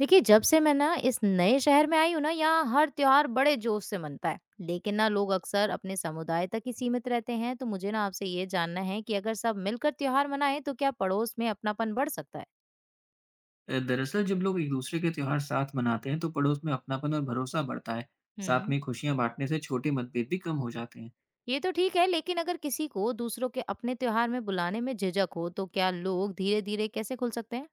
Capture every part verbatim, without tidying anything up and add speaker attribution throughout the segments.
Speaker 1: देखिए, जब से मैं ना इस नए शहर में आई हूँ ना, यहाँ हर त्योहार बड़े जोश से मनता है। लेकिन ना लोग अक्सर अपने समुदाय तक ही सीमित रहते हैं, तो मुझे ना आपसे ये जानना है कि अगर सब मिलकर त्योहार मनाएं, तो क्या पड़ोस में अपनापन बढ़ सकता है?
Speaker 2: अ, दरअसल जब लोग एक दूसरे के त्योहार साथ मनाते हैं तो पड़ोस में अपनापन और भरोसा बढ़ता है। साथ
Speaker 1: हम्म।
Speaker 2: में खुशियां बांटने से छोटे मतभेद भी कम हो जाते हैं।
Speaker 1: ये तो ठीक है, लेकिन अगर किसी को दूसरों के अपने त्योहार में बुलाने में झिझक हो, तो क्या लोग धीरे-धीरे कैसे खुल सकते हैं?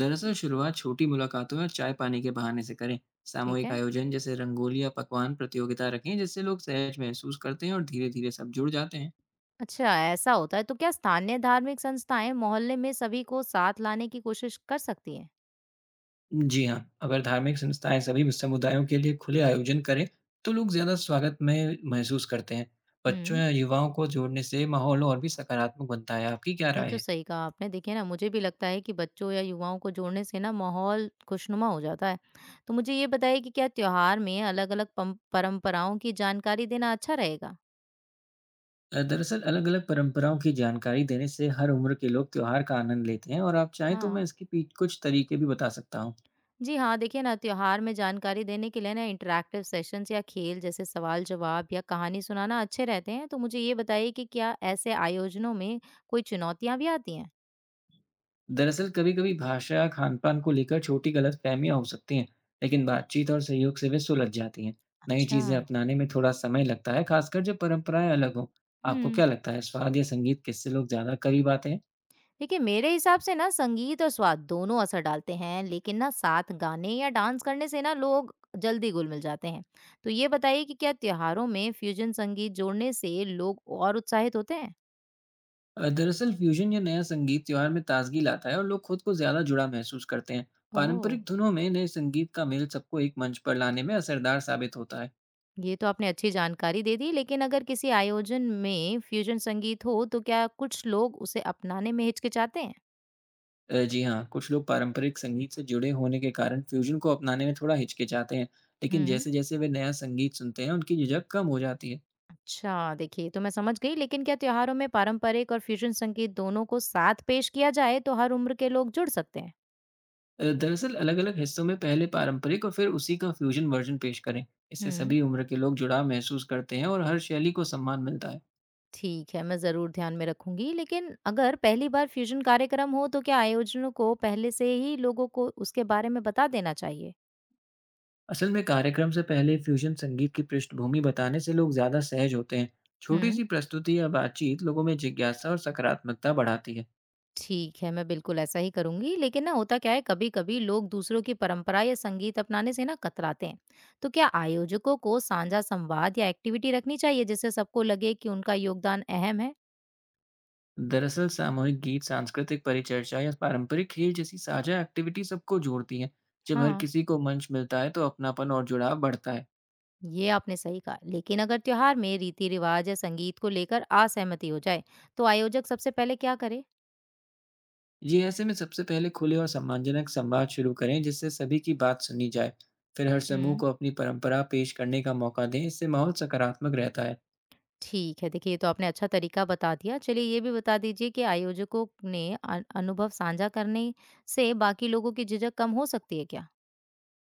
Speaker 2: दरअसल शुरुआत छोटी मुलाकातों और चाय पानी के बहाने से करें।
Speaker 1: ठीक
Speaker 2: सामूहिक
Speaker 1: है।
Speaker 2: आयोजन जैसे रंगोली या पकवान प्रतियोगिता रखें जिससे लोग सहज महसूस करते हैं और धीरे धीरे सब जुड़ जाते हैं।
Speaker 1: अच्छा, ऐसा होता है। तो क्या स्थानीय धार्मिक संस्थाएं मोहल्ले में सभी को साथ लाने की कोशिश कर सकती हैं?
Speaker 2: जी हाँ, अगर धार्मिक संस्थाएं सभी समुदायों के लिए खुले आयोजन करें तो लोग ज्यादा स्वागत में महसूस करते हैं। बच्चों
Speaker 1: हम्म।
Speaker 2: या युवाओं को जोड़ने से माहौल और भी सकारात्मक बनता है। आपकी क्या
Speaker 1: ये
Speaker 2: राय
Speaker 1: तो
Speaker 2: है?
Speaker 1: सही कहा आपने। देखिए ना, मुझे भी लगता है कि बच्चों या युवाओं को जोड़ने से ना माहौल खुशनुमा हो जाता है। तो मुझे ये बताइए कि क्या त्योहार में अलग-अलग पम परंपराओं की जानकारी देना अच्छा रहेगा?
Speaker 2: अ, दरअसल अलग-अलग परंपराओं की जानकारी देने से हर उम्र के लोग त्योहार का आनंद लेते हैं और आप चाहें तो मैं
Speaker 1: हाँ।
Speaker 2: इसके पीठ कुछ तरीके भी बता सकता हूँ।
Speaker 1: जी हाँ, देखिए ना, त्योहार में जानकारी देने के लिए ना इंटरैक्टिव सेशंस या खेल जैसे सवाल-जवाब या कहानी सुनाना अच्छे रहते हैं। तो मुझे ये बताइए कि क्या ऐसे आयोजनों में कोई चुनौतियाँ भी आती हैं?
Speaker 2: दरअसल कभी-कभी भाषा, खान-पान को लेकर छोटी गलतफहमियाँ हो सकती हैं, लेकिन बातचीत और सहयोग से वे सुलझ जाती हैं। नई
Speaker 1: अच्छा।
Speaker 2: चीज़ें अपनाने में थोड़ा समय लगता है, खासकर जब परंपराएं अलग हों। आपको
Speaker 1: हम्म।
Speaker 2: क्या लगता है, स्वाद या संगीत किससे लोग ज़्यादा करीब आते हैं?
Speaker 1: देखिए मेरे हिसाब से ना संगीत और स्वाद दोनों असर डालते हैं लेकिन ना साथ गाने या डांस करने से ना लोग जल्दी घुल मिल जाते हैं। तो ये बताइए कि क्या त्योहारों में फ्यूजन संगीत जोड़ने से लोग और उत्साहित होते हैं?
Speaker 2: अ, दरअसल फ्यूजन या नया संगीत त्योहार में ताजगी लाता है और लोग खुद को ज्यादा जुड़ा महसूस करते हैं।
Speaker 1: ओह।
Speaker 2: पारंपरिक धुनों में नए संगीत का मेल सबको एक मंच पर लाने में असरदार साबित होता है।
Speaker 1: ये तो आपने अच्छी जानकारी दे दी, लेकिन अगर किसी आयोजन में फ्यूजन संगीत हो तो क्या कुछ लोग उसे अपनाने में हिचकिचाते हैं?
Speaker 2: अ, जी हाँ, कुछ लोग पारंपरिक संगीत से जुड़े होने के कारण फ्यूजन को अपनाने में थोड़ा हिचकिचाते हैं। लेकिन
Speaker 1: हम्म।
Speaker 2: जैसे जैसे वे नया संगीत सुनते हैं उनकी झिझक कम हो जाती है।
Speaker 1: अच्छा देखिए, तो मैं समझ गई, लेकिन क्या त्योहारों में पारंपरिक और फ्यूजन संगीत दोनों को साथ पेश किया जाए तो हर उम्र के लोग जुड़ सकते हैं?
Speaker 2: अ, दरअसल अलग अलग हिस्सों में पहले पारंपरिक और फिर उसी का फ्यूजन वर्जन पेश करें। इससे
Speaker 1: हम्म।
Speaker 2: सभी उम्र के लोग जुड़ाव महसूस करते हैं और हर शैली को सम्मान मिलता है।
Speaker 1: ठीक है, मैं ज़रूर ध्यान में रखूँगी। लेकिन अगर पहली बार फ्यूज़न कार्यक्रम हो तो क्या आयोजनों को पहले से ही लोगों को उसके बारे में बता देना चाहिए?
Speaker 2: असल में कार्यक्रम से पहले फ्यूजन संगीत की पृष्ठभूमि बताने से लोग ज्यादा सहज होते हैं। छोटी
Speaker 1: हुँ।
Speaker 2: सी प्रस्तुति या बातचीत लोगों में जिज्ञासा और सकारात्मकता बढ़ाती है।
Speaker 1: ठीक है, मैं बिल्कुल ऐसा ही करूँगी। लेकिन ना होता क्या है, कभी-कभी लोग दूसरों की परंपरा या संगीत अपनाने से ना कतराते हैं। तो क्या आयोजकों को साझा संवाद या एक्टिविटी रखनी चाहिए जिससे सबको लगे कि उनका योगदान अहम है?
Speaker 2: दरअसल सामूहिक गीत सांस्कृतिक परिचर्चा या पारंपरिक खेल जैसी साझा एक्टिविटी सबको जोड़ती है। जब हर
Speaker 1: हाँ।
Speaker 2: किसी को मंच मिलता है तो अपनापन और जुड़ाव बढ़ता है।
Speaker 1: ये आपने सही कहा। लेकिन अगर त्योहार में रीति-रिवाज या संगीत को लेकर असहमति हो जाए तो आयोजक सबसे पहले क्या करे?
Speaker 2: ये ऐसे में सबसे पहले खुले और सम्मानजनक संवाद शुरू करें जिससे सभी की बात सुनी जाए। फिर हर समूह
Speaker 1: हुँ।
Speaker 2: को अपनी परंपरा पेश करने का मौका दें। इससे माहौल सकारात्मक रहता है।
Speaker 1: ठीक है। देखिए, ये तो आपने अच्छा तरीका बता दिया। चलिए ये भी बता दीजिए कि आयोजकों ने अ, अनुभव साझा करने से बाकी लोगों की झिझक कम हो सकती है क्या?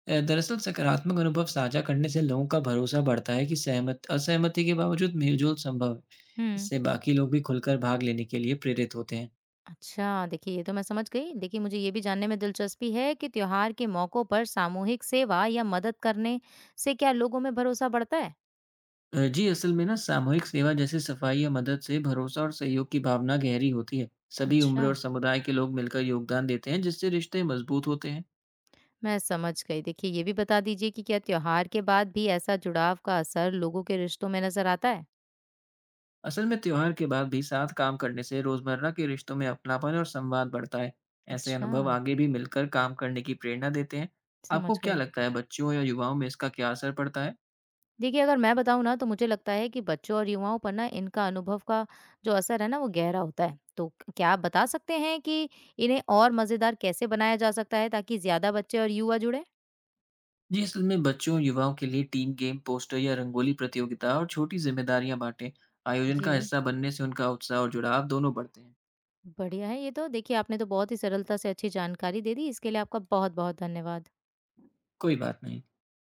Speaker 2: अ, दरअसल सकारात्मक अनुभव साझा करने से लोगों का भरोसा बढ़ता है कि सहमत असहमति के बावजूद मेलजोल संभव है।
Speaker 1: हुँ।
Speaker 2: इससे बाकी लोग भी खुलकर भाग लेने के लिए प्रेरित होते हैं।
Speaker 1: अच्छा, देखिए ये तो मैं समझ गई। देखिए, मुझे ये भी जानने में दिलचस्पी है कि त्योहार के मौकों पर सामूहिक सेवा या मदद करने से क्या लोगों में भरोसा बढ़ता है?
Speaker 2: अ, जी, असल में ना सामूहिक सेवा जैसे सफाई या मदद से भरोसा और सहयोग की भावना गहरी होती है। सभी
Speaker 1: अच्छा,
Speaker 2: उम्र और समुदाय के लोग मिलकर योगदान देते हैं जिससे रिश्ते मजबूत होते हैं।
Speaker 1: मैं समझ गई। देखिए, ये भी बता दीजिए कि क्या त्योहार के बाद भी ऐसा जुड़ाव का असर लोगों के रिश्तों में नज़र आता है?
Speaker 2: असल में त्योहार के बाद भी साथ काम करने से रोजमर्रा के रिश्तों में अपनापन और संवाद बढ़ता है। ऐसे
Speaker 1: अच्छा,
Speaker 2: अनुभव आगे भी मिलकर काम करने की प्रेरणा देते हैं।
Speaker 1: समझ
Speaker 2: आपको क्या
Speaker 1: गई।
Speaker 2: लगता है, बच्चों या युवाओं में इसका क्या असर पड़ता है?
Speaker 1: देखिए, अगर मैं बताऊँ ना तो मुझे लगता है कि बच्चों और युवाओं पर ना इनका अनुभव का जो असर है ना वो गहरा होता है। तो क क्या आप बता सकते हैं कि इन्हें और मज़ेदार कैसे बनाया जा सकता है ताकि ज़्यादा बच्चे और युवा जुड़ें?
Speaker 2: जी, असल में बच्चों और युवाओं के लिए टीम गेम, पोस्टर या रंगोली प्रतियोगिता और छोटी जिम्मेदारियां बांटें। आयोजन
Speaker 1: जी,
Speaker 2: का हिस्सा बनने से उनका उत्साह और जुड़ाव दोनों बढ़ते हैं।
Speaker 1: बढ़िया है ये तो। देखिए, आपने तो बहुत ही सरलता से अच्छी जानकारी दे दी। इसके लिए आपका बहुत-बहुत धन्यवाद।
Speaker 2: कोई बात नहीं।